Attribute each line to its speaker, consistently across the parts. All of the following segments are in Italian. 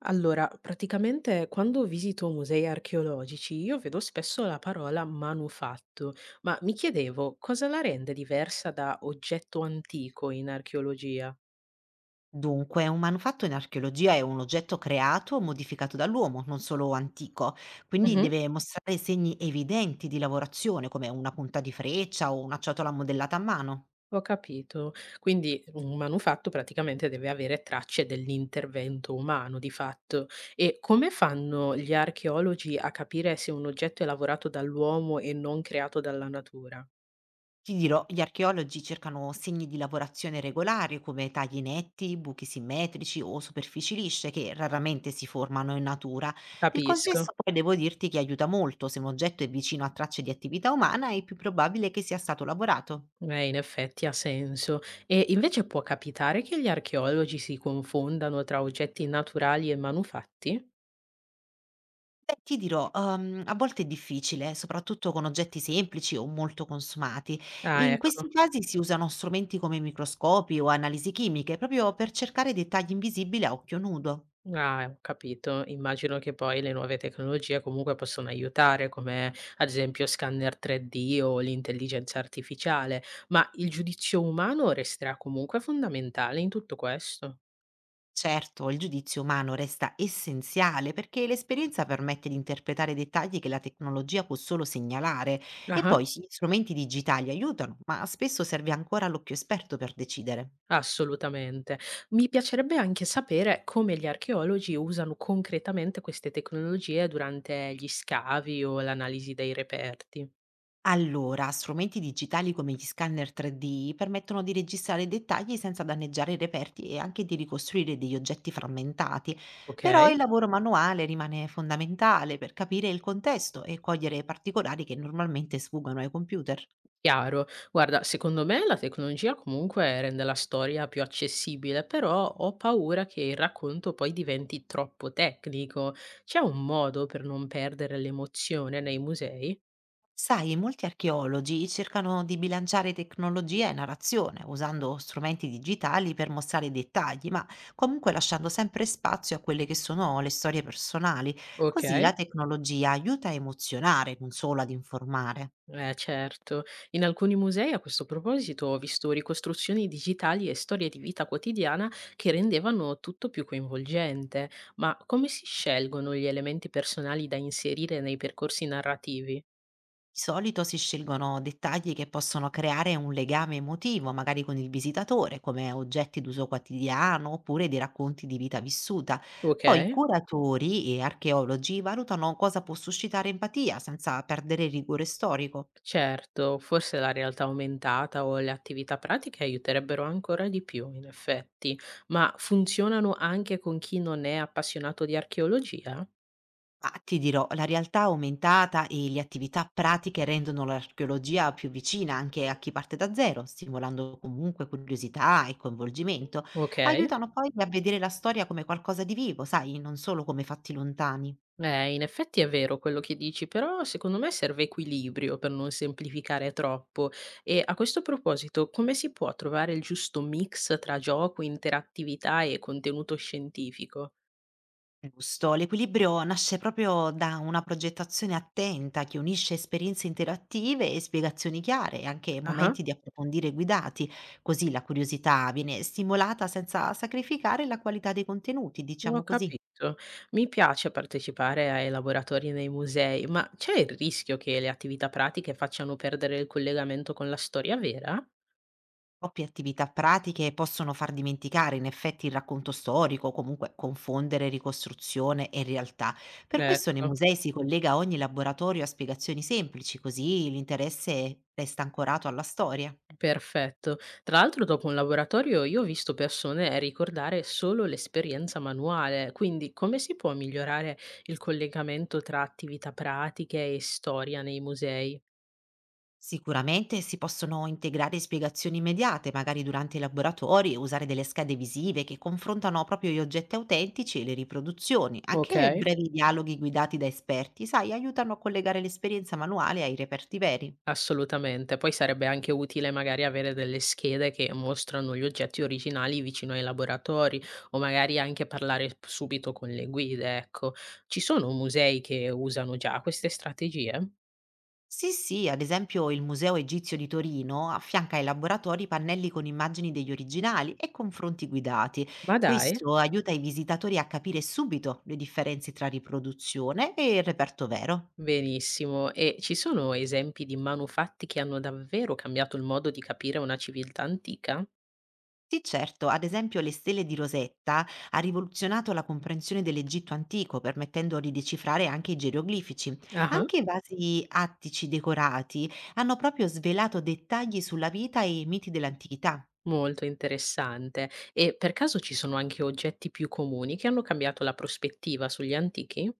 Speaker 1: Allora, praticamente quando visito musei archeologici io vedo spesso la parola manufatto, ma mi chiedevo cosa la rende diversa da oggetto antico in archeologia.
Speaker 2: Dunque, un manufatto in archeologia è un oggetto creato o modificato dall'uomo, non solo antico, quindi
Speaker 1: Mhm.
Speaker 2: deve mostrare segni evidenti di lavorazione, come una punta di freccia o una ciotola modellata a mano.
Speaker 1: Ho capito. Quindi un manufatto praticamente deve avere tracce dell'intervento umano, di fatto. E come fanno gli archeologi a capire se un oggetto è lavorato dall'uomo e non creato dalla natura?
Speaker 2: Ti dirò, gli archeologi cercano segni di lavorazione regolari, come tagli netti, buchi simmetrici o superfici lisce, che raramente si formano in natura. Il
Speaker 1: Capisco.
Speaker 2: contesto poi devo dirti che aiuta molto, se un oggetto è vicino a tracce di attività umana è più probabile che sia stato lavorato.
Speaker 1: Beh, in effetti ha senso. E invece può capitare che gli archeologi si confondano tra oggetti naturali e manufatti?
Speaker 2: Beh, ti dirò, a volte è difficile, soprattutto con oggetti semplici o molto consumati.
Speaker 1: Ah,
Speaker 2: In questi
Speaker 1: ecco.
Speaker 2: casi si usano strumenti come microscopi o analisi chimiche, proprio per cercare dettagli invisibili a occhio nudo.
Speaker 1: Ah, ho capito. Immagino che poi le nuove tecnologie comunque possono aiutare, come ad esempio scanner 3D o l'intelligenza artificiale, ma il giudizio umano resterà comunque fondamentale in tutto questo.
Speaker 2: Certo, il giudizio umano resta essenziale perché l'esperienza permette di interpretare dettagli che la tecnologia può solo segnalare e poi sì, gli strumenti digitali aiutano, ma spesso serve ancora l'occhio esperto per decidere.
Speaker 1: Assolutamente. Mi piacerebbe anche sapere come gli archeologi usano concretamente queste tecnologie durante gli scavi o l'analisi dei reperti.
Speaker 2: Allora, strumenti digitali come gli scanner 3D permettono di registrare dettagli senza danneggiare i reperti e anche di ricostruire degli oggetti frammentati, però
Speaker 1: Ok?
Speaker 2: il lavoro manuale rimane fondamentale per capire il contesto e cogliere particolari che normalmente sfuggono ai computer.
Speaker 1: Chiaro. Guarda, secondo me la tecnologia comunque rende la storia più accessibile, però ho paura che il racconto poi diventi troppo tecnico. C'è un modo per non perdere l'emozione nei musei?
Speaker 2: Sai, molti archeologi cercano di bilanciare tecnologia e narrazione, usando strumenti digitali per mostrare i dettagli, ma comunque lasciando sempre spazio a quelle che sono le storie personali.
Speaker 1: Ok?
Speaker 2: Così la tecnologia aiuta a emozionare, non solo ad informare.
Speaker 1: Certo. In alcuni musei, a questo proposito, ho visto ricostruzioni digitali e storie di vita quotidiana che rendevano tutto più coinvolgente. Ma come si scelgono gli elementi personali da inserire nei percorsi narrativi?
Speaker 2: Di solito si scelgono dettagli che possono creare un legame emotivo, magari con il visitatore, come oggetti d'uso quotidiano oppure dei racconti di vita vissuta.
Speaker 1: Ok,
Speaker 2: Poi i curatori e archeologi valutano cosa può suscitare empatia senza perdere il rigore storico.
Speaker 1: certo, forse la realtà aumentata o le attività pratiche aiuterebbero ancora di più, in effetti, ma funzionano anche con chi non è appassionato di archeologia?
Speaker 2: Ma ti dirò, la realtà aumentata e le attività pratiche rendono l'archeologia più vicina anche a chi parte da zero, stimolando comunque curiosità e coinvolgimento.
Speaker 1: Ok.
Speaker 2: Aiutano poi a vedere la storia come qualcosa di vivo, sai, non solo come fatti lontani.
Speaker 1: In effetti è vero quello che dici, però secondo me serve equilibrio per non semplificare troppo. E a questo proposito, come si può trovare il giusto mix tra gioco, interattività e contenuto scientifico?
Speaker 2: Giusto, l'equilibrio nasce proprio da una progettazione attenta che unisce esperienze interattive e spiegazioni chiare, e anche
Speaker 1: Ah,
Speaker 2: momenti di approfondire guidati, così la curiosità viene stimolata senza sacrificare la qualità dei contenuti,
Speaker 1: ho
Speaker 2: diciamo così.
Speaker 1: capito. Mi piace partecipare ai laboratori nei musei, ma c'è il rischio che le attività pratiche facciano perdere il collegamento con la storia vera?
Speaker 2: Troppe attività pratiche possono far dimenticare in effetti il racconto storico, o comunque confondere ricostruzione e realtà. Per questo nei
Speaker 1: Ecco.
Speaker 2: musei si collega ogni laboratorio a spiegazioni semplici, così l'interesse resta ancorato alla storia.
Speaker 1: Perfetto. Tra l'altro dopo un laboratorio io ho visto persone ricordare solo l'esperienza manuale, quindi come si può migliorare il collegamento tra attività pratiche e storia nei musei?
Speaker 2: Sicuramente si possono integrare spiegazioni immediate, magari durante i laboratori, e usare delle schede visive che confrontano proprio gli oggetti autentici e le riproduzioni.
Speaker 1: Ok.
Speaker 2: Anche brevi dialoghi guidati da esperti, sai, aiutano a collegare l'esperienza manuale ai reperti veri.
Speaker 1: Assolutamente. Poi sarebbe anche utile magari avere delle schede che mostrano gli oggetti originali vicino ai laboratori o magari anche parlare subito con le guide, ecco. Ci sono musei che usano già queste strategie?
Speaker 2: Sì, sì, ad esempio il Museo Egizio di Torino affianca ai laboratori pannelli con immagini degli originali e confronti guidati.
Speaker 1: Ma dai.
Speaker 2: Questo aiuta i visitatori a capire subito le differenze tra riproduzione e il reperto vero.
Speaker 1: Benissimo. E ci sono esempi di manufatti che hanno davvero cambiato il modo di capire una civiltà antica?
Speaker 2: Sì, certo, ad esempio le stele di Rosetta ha rivoluzionato la comprensione dell'Egitto antico, permettendo di decifrare anche i geroglifici.
Speaker 1: Ah.
Speaker 2: Anche i vasi attici decorati hanno proprio svelato dettagli sulla vita e i miti dell'antichità.
Speaker 1: Molto interessante. E per caso ci sono anche oggetti più comuni che hanno cambiato la prospettiva sugli antichi?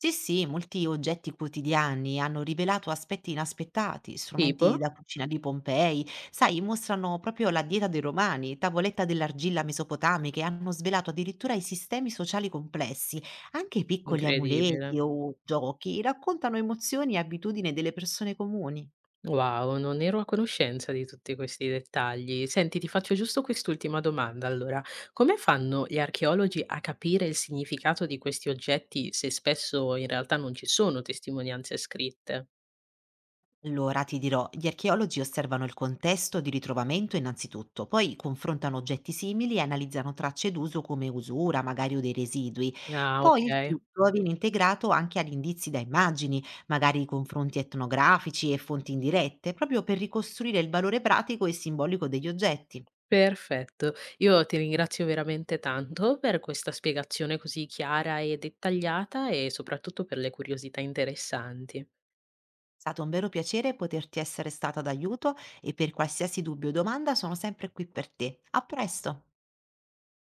Speaker 2: Sì, sì, molti oggetti quotidiani hanno rivelato aspetti inaspettati,
Speaker 1: Tipo?
Speaker 2: strumenti da cucina di Pompei, sai, mostrano proprio la dieta dei Romani, tavoletta dell'argilla mesopotamiche, hanno svelato addirittura i sistemi sociali complessi. Anche i piccoli
Speaker 1: Incredibile.
Speaker 2: amuleti o giochi raccontano emozioni e abitudini delle persone comuni.
Speaker 1: Wow, non ero a conoscenza di tutti questi dettagli. Senti, ti faccio giusto quest'ultima domanda. Allora, come fanno gli archeologi a capire il significato di questi oggetti se spesso in realtà non ci sono testimonianze scritte?
Speaker 2: Allora, ti dirò, gli archeologi osservano il contesto di ritrovamento innanzitutto, poi confrontano oggetti simili e analizzano tracce d'uso come usura, magari o dei residui.
Speaker 1: Ah,
Speaker 2: Poi il
Speaker 1: okay,
Speaker 2: tutto viene integrato anche ad indizi da immagini, magari confronti etnografici e fonti indirette, proprio per ricostruire il valore pratico e simbolico degli oggetti.
Speaker 1: perfetto. Io ti ringrazio veramente tanto per questa spiegazione così chiara e dettagliata e soprattutto per le curiosità interessanti.
Speaker 2: È stato un vero piacere poterti essere stata d'aiuto e per qualsiasi dubbio o domanda sono sempre qui per te. A presto!